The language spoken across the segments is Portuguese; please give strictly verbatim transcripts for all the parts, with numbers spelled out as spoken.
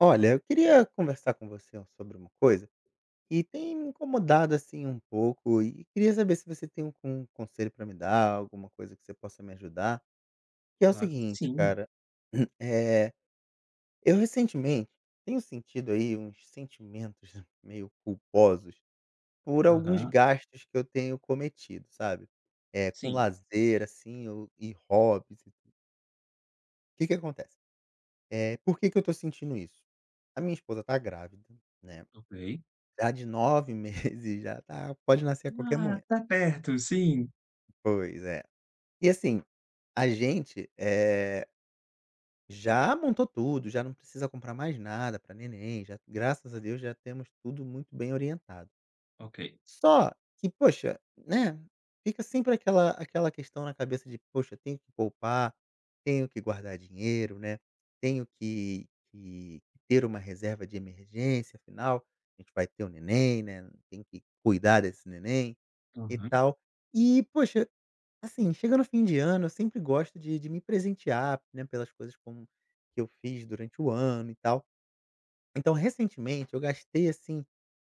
Olha, eu queria conversar com você sobre uma coisa que tem me incomodado assim um pouco e queria saber se você tem um, um conselho para me dar, alguma coisa que você possa me ajudar. Que é o Claro que seguinte, sim. cara, é, eu recentemente tenho sentido aí uns sentimentos meio culposos por alguns Aham, gastos que eu tenho cometido, sabe? É, com sim, lazer, assim, eu- e hobbies e tudo. O que que acontece? É, por que que eu tô sentindo isso? A minha esposa tá grávida, né? ok. Já de nove meses, já tá, pode nascer a qualquer Ah, momento. tá perto, sim. Pois é. E assim, a gente, eh, já montou tudo, já não precisa comprar mais nada para neném, já graças a Deus já temos tudo muito bem orientado. Ok, Só que, poxa, né, fica sempre aquela aquela questão na cabeça de: "Poxa, tenho que poupar, tenho que guardar dinheiro, né, tenho que que ter uma reserva de emergência, afinal, a gente vai ter um neném, né, tem que cuidar desse neném". E aham, tal. E, poxa, assim, chega no fim de ano, eu sempre gosto de de me presentear, né, pelas coisas como que eu fiz durante o ano e tal. Então, recentemente, eu gastei, assim,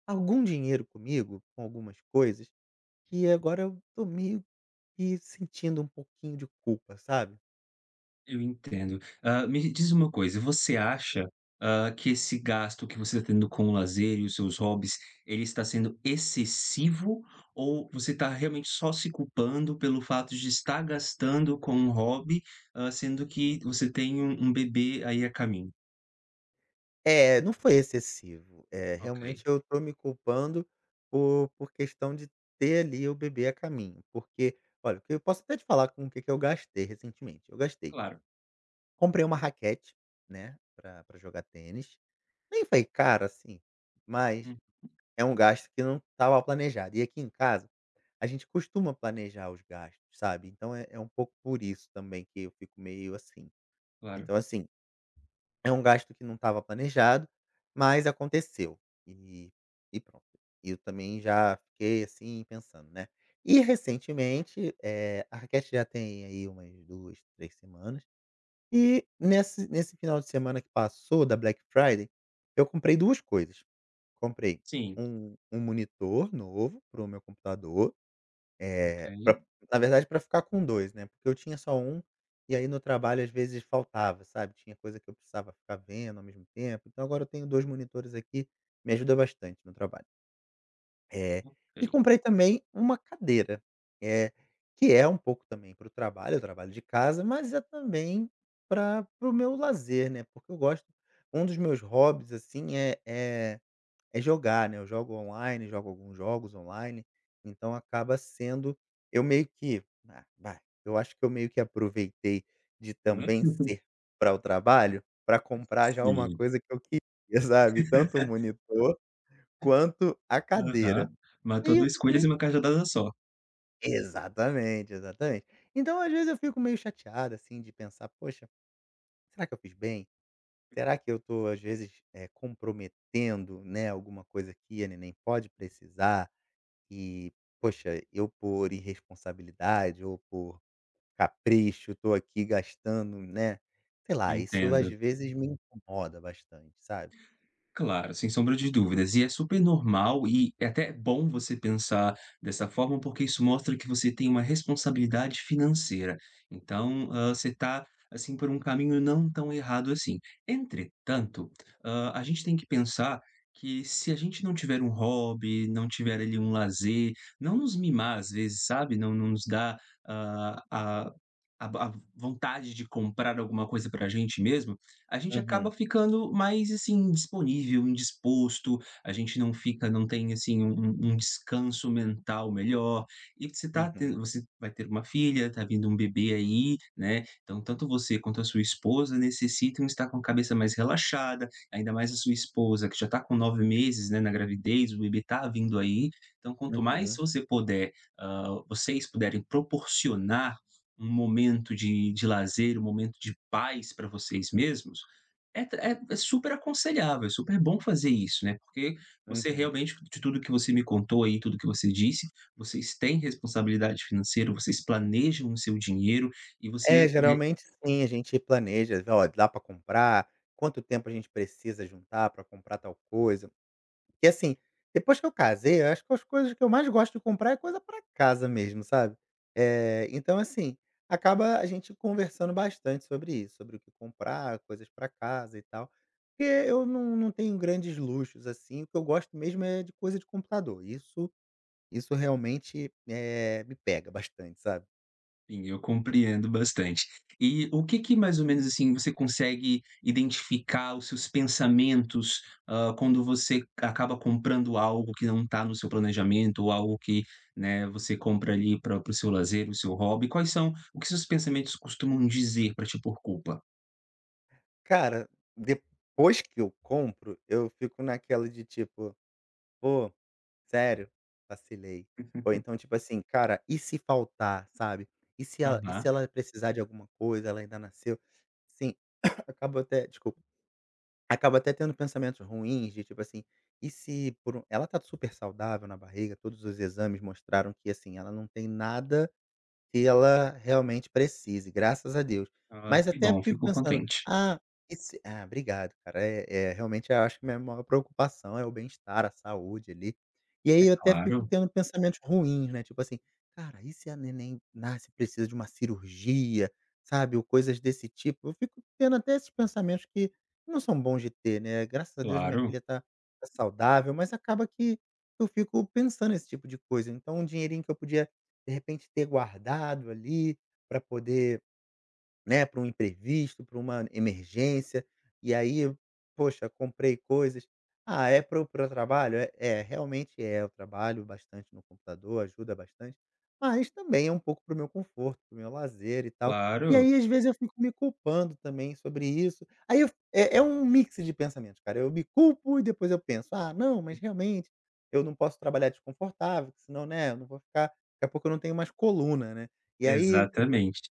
algum dinheiro comigo, com algumas coisas, que agora eu tô meio que sentindo um pouquinho de culpa, sabe. eu entendo. Ah, me diz uma coisa, você acha, ah, que esse gasto que você está tendo com o lazer e os seus hobbies, ele está sendo excessivo ou você está realmente só se culpando pelo fato de estar gastando com um hobby, ah, sendo que você tem um um bebê aí a caminho? É, não foi excessivo. É, Ok, realmente eu tô me culpando por por questão de ter ali o bebê a caminho, porque, olha, eu posso até te falar com o que que eu gastei recentemente. Eu gastei. claro, Comprei uma raquete, né, pra pra jogar tênis. Nem foi caro, assim, mas hum, é um gasto que não estava planejado. E aqui em casa, a gente costuma planejar os gastos, sabe. Então é é um pouco por isso também que eu fico meio assim. claro. Então, assim, é um gasto que não estava planejado, mas aconteceu. E e pronto. E eu também já fiquei, assim, pensando, né. E recentemente, eh, a raquete já tem aí umas duas, três semanas, e nesse nesse final de semana que passou da Black Friday, eu comprei duas coisas. Comprei Sim, um um monitor novo para o meu computador, ok, é pra, na verdade, para ficar com dois, né, porque eu tinha só um e aí no trabalho às vezes faltava, sabe, tinha coisa que eu precisava ficar vendo ao mesmo tempo, então agora eu tenho dois monitores aqui, me ajuda bastante no trabalho. É, e ok. comprei também uma cadeira, eh, que é um pouco também para o trabalho, eu trabalho de casa, mas é também para o meu lazer, né, porque eu gosto, um dos meus hobbies, assim, é é é jogar, né, eu jogo online, jogo alguns jogos online, então acaba sendo, eu meio que, ah, vai, eu acho que eu meio que aproveitei de Hã? também ser para o trabalho, para comprar já uma Sim. coisa que eu queria, sabe, tanto o monitor quanto a cadeira. Aham. E Matou aí eu dois fico coelhos em meio, uma cajadada só. exatamente, exatamente. Então, às vezes, eu fico meio chateado, assim, de pensar: "Poxa, será que eu fiz bem? Será que eu tô, às vezes, eh, comprometendo, né, alguma coisa que a neném pode precisar?" E, poxa, eu por irresponsabilidade ou por capricho, tô aqui gastando, né, sei lá, isso às Entendo. vezes me incomoda bastante, sabe. Claro, sem sombra de dúvidas. E é super normal e é até bom você pensar dessa forma, porque isso mostra que você tem uma responsabilidade financeira. Então, hã, você está assim, por um caminho não tão errado assim. Entretanto, hã, a gente tem que pensar que se a gente não tiver um hobby, não tiver ali um lazer, não nos mimar às vezes, sabe, não não nos dar, hã, a a a vontade de comprar alguma coisa para a gente mesmo, a gente acaba Uhum, ficando mais, assim, disponível, indisposto, a gente não fica não tem, assim, um um um descanso mental melhor, e você tá ten uhum, você vai ter uma filha, tá vindo um bebê aí, né, então tanto você quanto a sua esposa necessitam estar com a cabeça mais relaxada, ainda mais a sua esposa que já tá com nove meses, né, na gravidez, o bebê tá vindo aí, então quanto mais uhum, você puder, hã, vocês puderem proporcionar um momento de de lazer, um momento de paz para vocês mesmos, é tra é é super aconselhável, é super bom fazer isso, né, porque você uhum. realmente de tudo que você me contou aí, tudo que você disse, vocês têm responsabilidade financeira, vocês planejam o seu dinheiro e você, É, né. geralmente sim, a gente planeja, "Ó, dá pra comprar, quanto tempo a gente precisa juntar pra comprar tal coisa". Porque assim, depois que eu casei, eu acho que as coisas que eu mais gosto de comprar é coisa pra casa mesmo, sabe. Eh, então assim, acaba a gente conversando bastante sobre isso, sobre o que comprar, coisas pra casa e tal, porque eu não não tenho grandes luxos, assim, o que eu gosto mesmo é de coisa de computador, isso isso realmente, eh, me pega bastante, sabe. Sim, eu compreendo bastante. E o que que mais ou menos, assim, você consegue identificar os seus pensamentos, hã, quando você acaba comprando algo que não está no seu planejamento ou algo que, né, você compra ali para o seu lazer, o seu hobby, quais são o que seus pensamentos costumam dizer para te por culpa? Cara, depois que eu compro, eu fico naquela de tipo: "Pô, sério? Vacilei". Ou então, tipo assim: "Cara, e se faltar?", sabe. "E se ela e se Aham. ela precisar de alguma coisa, ela ainda nasceu?". Sim, acabo até, desculpa, acabo até tendo pensamentos ruins de tipo assim: "E se por um", ela tá super saudável na barriga, todos os exames mostraram que, assim, ela não tem nada que ela realmente precise, graças a Deus. Ah, Mas que até bom, fico fico pensando: contente. "Ah, e se", ah, obrigado, cara. É é, realmente eu acho que minha maior preocupação é o bem-estar, a saúde ali. E É aí eu até fico claro, tendo pensamentos ruins, né, tipo assim: "Cara, e se a neném nasce e precisa de uma cirurgia?", sabe, ou coisas desse tipo. Eu fico tendo até esses pensamentos que não são bons de ter, né. Graças a Deus minha claro, filha tá, tá saudável, mas acaba que eu fico pensando esse tipo de coisa. Então um dinheirinho que eu podia de repente ter guardado ali, para poder, né, para um imprevisto, para uma emergência, e aí, poxa, comprei coisas. Ah, é para o trabalho? É, é, realmente é. Eu trabalho bastante no computador, ajuda bastante, mas também é um pouco para o meu conforto, para o meu lazer e tal. E claro. aí, às vezes, eu fico me culpando também sobre isso. Aí eu, é, é um mix de pensamentos, cara. Eu me culpo e depois eu penso, ah, não, mas realmente eu não posso trabalhar desconfortável, porque senão, né, eu não vou ficar. Daqui a pouco eu não tenho mais coluna, né? E aí. Exatamente.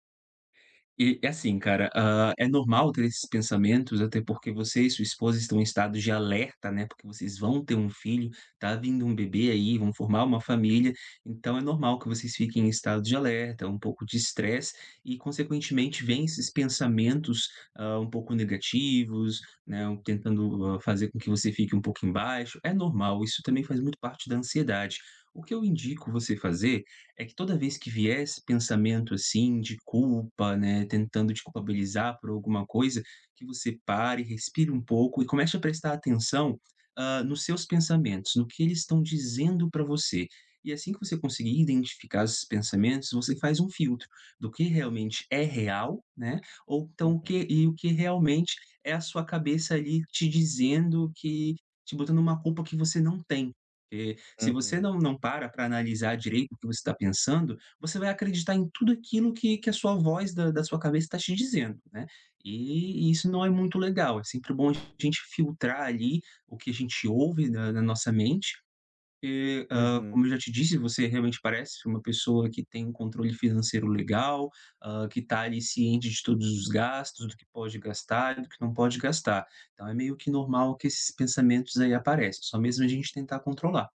E é assim, cara, hã, é normal ter esses pensamentos, até porque você e sua esposa estão em estado de alerta, né, porque vocês vão ter um filho, tá vindo um bebê aí, vão formar uma família, então é normal que vocês fiquem em estado de alerta, um pouco de estresse e consequentemente vêm esses pensamentos, hã, um pouco negativos, né, um- tentando, hã, fazer com que você fique um pouco embaixo. É normal, isso também faz muito parte da ansiedade. O que eu indico você fazer é que toda vez que vier esse pensamento, assim, de culpa, né, tentando te culpabilizar por alguma coisa, que você pare, respire um pouco e comece a prestar atenção, hã, nos seus pensamentos, no que eles estão dizendo para você. E assim que você conseguir identificar esses pensamentos, você faz um filtro do que realmente é real, né, ou então o que Uhum, e o que realmente é a sua cabeça ali te dizendo que te botando uma culpa que você não tem. Se você uhum. não não para pra analisar direito o que você está pensando, você vai acreditar em tudo aquilo que que a sua voz da da sua cabeça está te dizendo, né. E isso não é muito legal, é sempre bom a gente filtrar ali o que a gente ouve na na nossa mente, eh, hã, Uhum. como eu já te disse, você realmente parece uma pessoa que tem um controle financeiro legal, hã, que está ali ciente de todos os gastos, do que pode gastar e do que não pode gastar. Então é meio que normal que esses pensamentos aí apareçam, só mesmo a gente tentar controlar.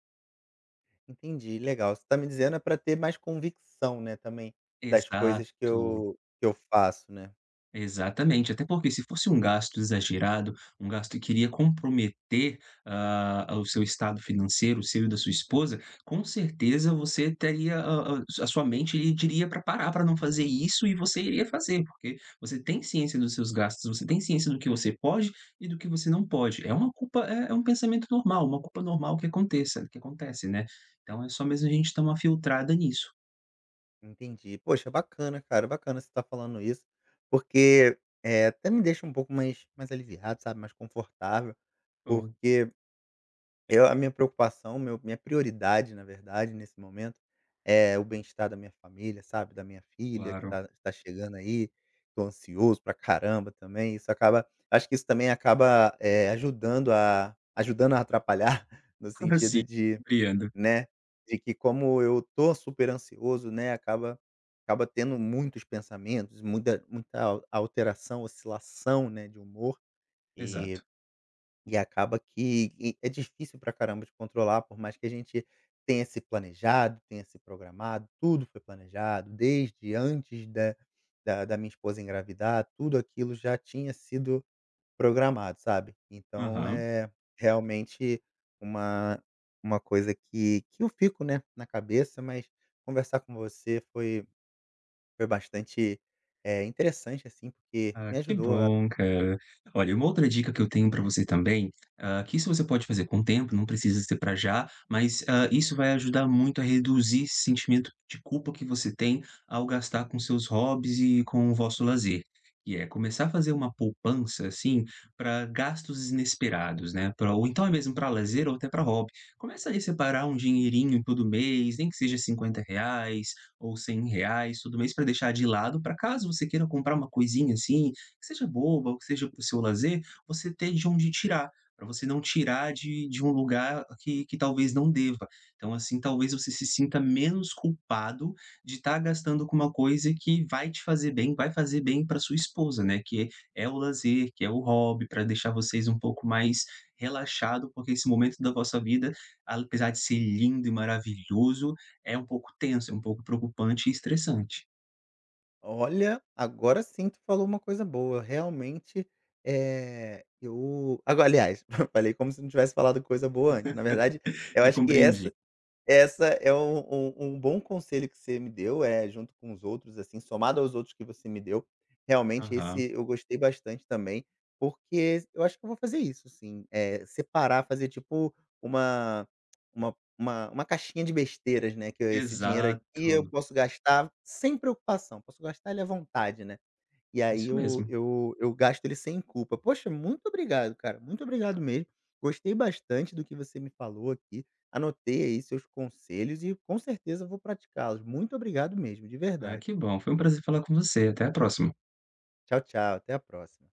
Entendi, legal. Você está me dizendo é para ter mais convicção, né, também, das coisas que Exato, eu que eu faço, né. exatamente. Até porque se fosse um gasto exagerado, um gasto que iria comprometer, ah, o seu estado financeiro, o seu e da sua esposa, com certeza você teria a a a sua mente lhe diria para parar, para não fazer isso e você iria fazer, porque você tem ciência dos seus gastos, você tem ciência do que você pode e do que você não pode. É uma culpa, é é um pensamento normal, uma culpa normal que aconteça que acontece, né. Então é só mesmo a gente dar uma filtrada nisso. Entendi. Poxa, bacana, cara, bacana você estar falando isso, porque é até me deixa um pouco mais mais aliviado, sabe, mais confortável, Bom, porque eu, a minha preocupação, meu minha prioridade, na verdade, nesse momento, é o bem-estar da minha família, sabe, da minha filha que claro. tá, tá chegando aí, tô ansioso pra caramba também, isso acaba, acho que isso também acaba, eh, ajudando a, ajudando a atrapalhar, no Sim, sentido de, compreendo. né, de que como eu tô super ansioso, né, acaba, acaba tendo muitos pensamentos, muita muita al- alteração, oscilação, né, de humor, e Exato. e acaba que, e é difícil pra caramba de controlar, por mais que a gente tenha se planejado, tenha se programado, tudo foi planejado, desde antes da da da minha esposa engravidar, tudo aquilo já tinha sido programado, sabe. Então Aham. é realmente uma uma coisa que que eu fico, né, na cabeça, mas conversar com você foi, foi bastante, eh, interessante, assim, porque Ah, me que ajudou. bom, cara. Olha, uma outra dica que eu tenho para você também, ah, que isso você pode fazer com o tempo, não precisa ser para já, mas, ah, isso vai ajudar muito a reduzir esse sentimento de culpa que você tem ao gastar com seus hobbies e com o vosso lazer, e é começar a fazer uma poupança, assim, para gastos inesperados, né, pra ou então é mesmo para lazer ou até para hobby. Começa ali a separar um dinheirinho todo mês, nem que seja cinquenta reais ou cem reais todo mês para deixar de lado, para caso você queira comprar uma coisinha assim, que seja boba ou que seja para o seu lazer, você ter de onde tirar, para você não tirar de de um lugar que que talvez não deva. Então, assim, talvez você se sinta menos culpado de estar gastando com uma coisa que vai te fazer bem, vai fazer bem para sua esposa, né, que é o lazer, que é o hobby, para deixar vocês um pouco mais relaxado, porque esse momento da vossa vida, apesar de ser lindo e maravilhoso, é um pouco tenso, é um pouco preocupante e estressante. Olha, agora sim tu falou uma coisa boa. Realmente, eh, eu agora, aliás, falei como se não tivesse falado coisa boa antes. Na verdade, eu Eu acho que compreendi. essa essa é um um um bom conselho que você me deu, é junto com os outros, assim, somado aos outros que você me deu, realmente Aham. esse eu gostei bastante também, porque eu acho que eu vou fazer isso, assim, eh, separar, fazer tipo uma, uma uma uma caixinha de besteiras, né, que eu- esse dinheiro aqui eu Exato, posso gastar sem preocupação, posso gastar ele à vontade, né. E aí isso eu mesmo. eu eu gasto ele sem culpa. Poxa, muito obrigado, cara, muito obrigado mesmo. Gostei bastante do que você me falou aqui, anotei aí seus conselhos e com certeza vou praticá-los. Muito obrigado mesmo, de Ah, verdade. que bom, foi um prazer falar com você, até a próxima. Tchau, tchau, até a próxima.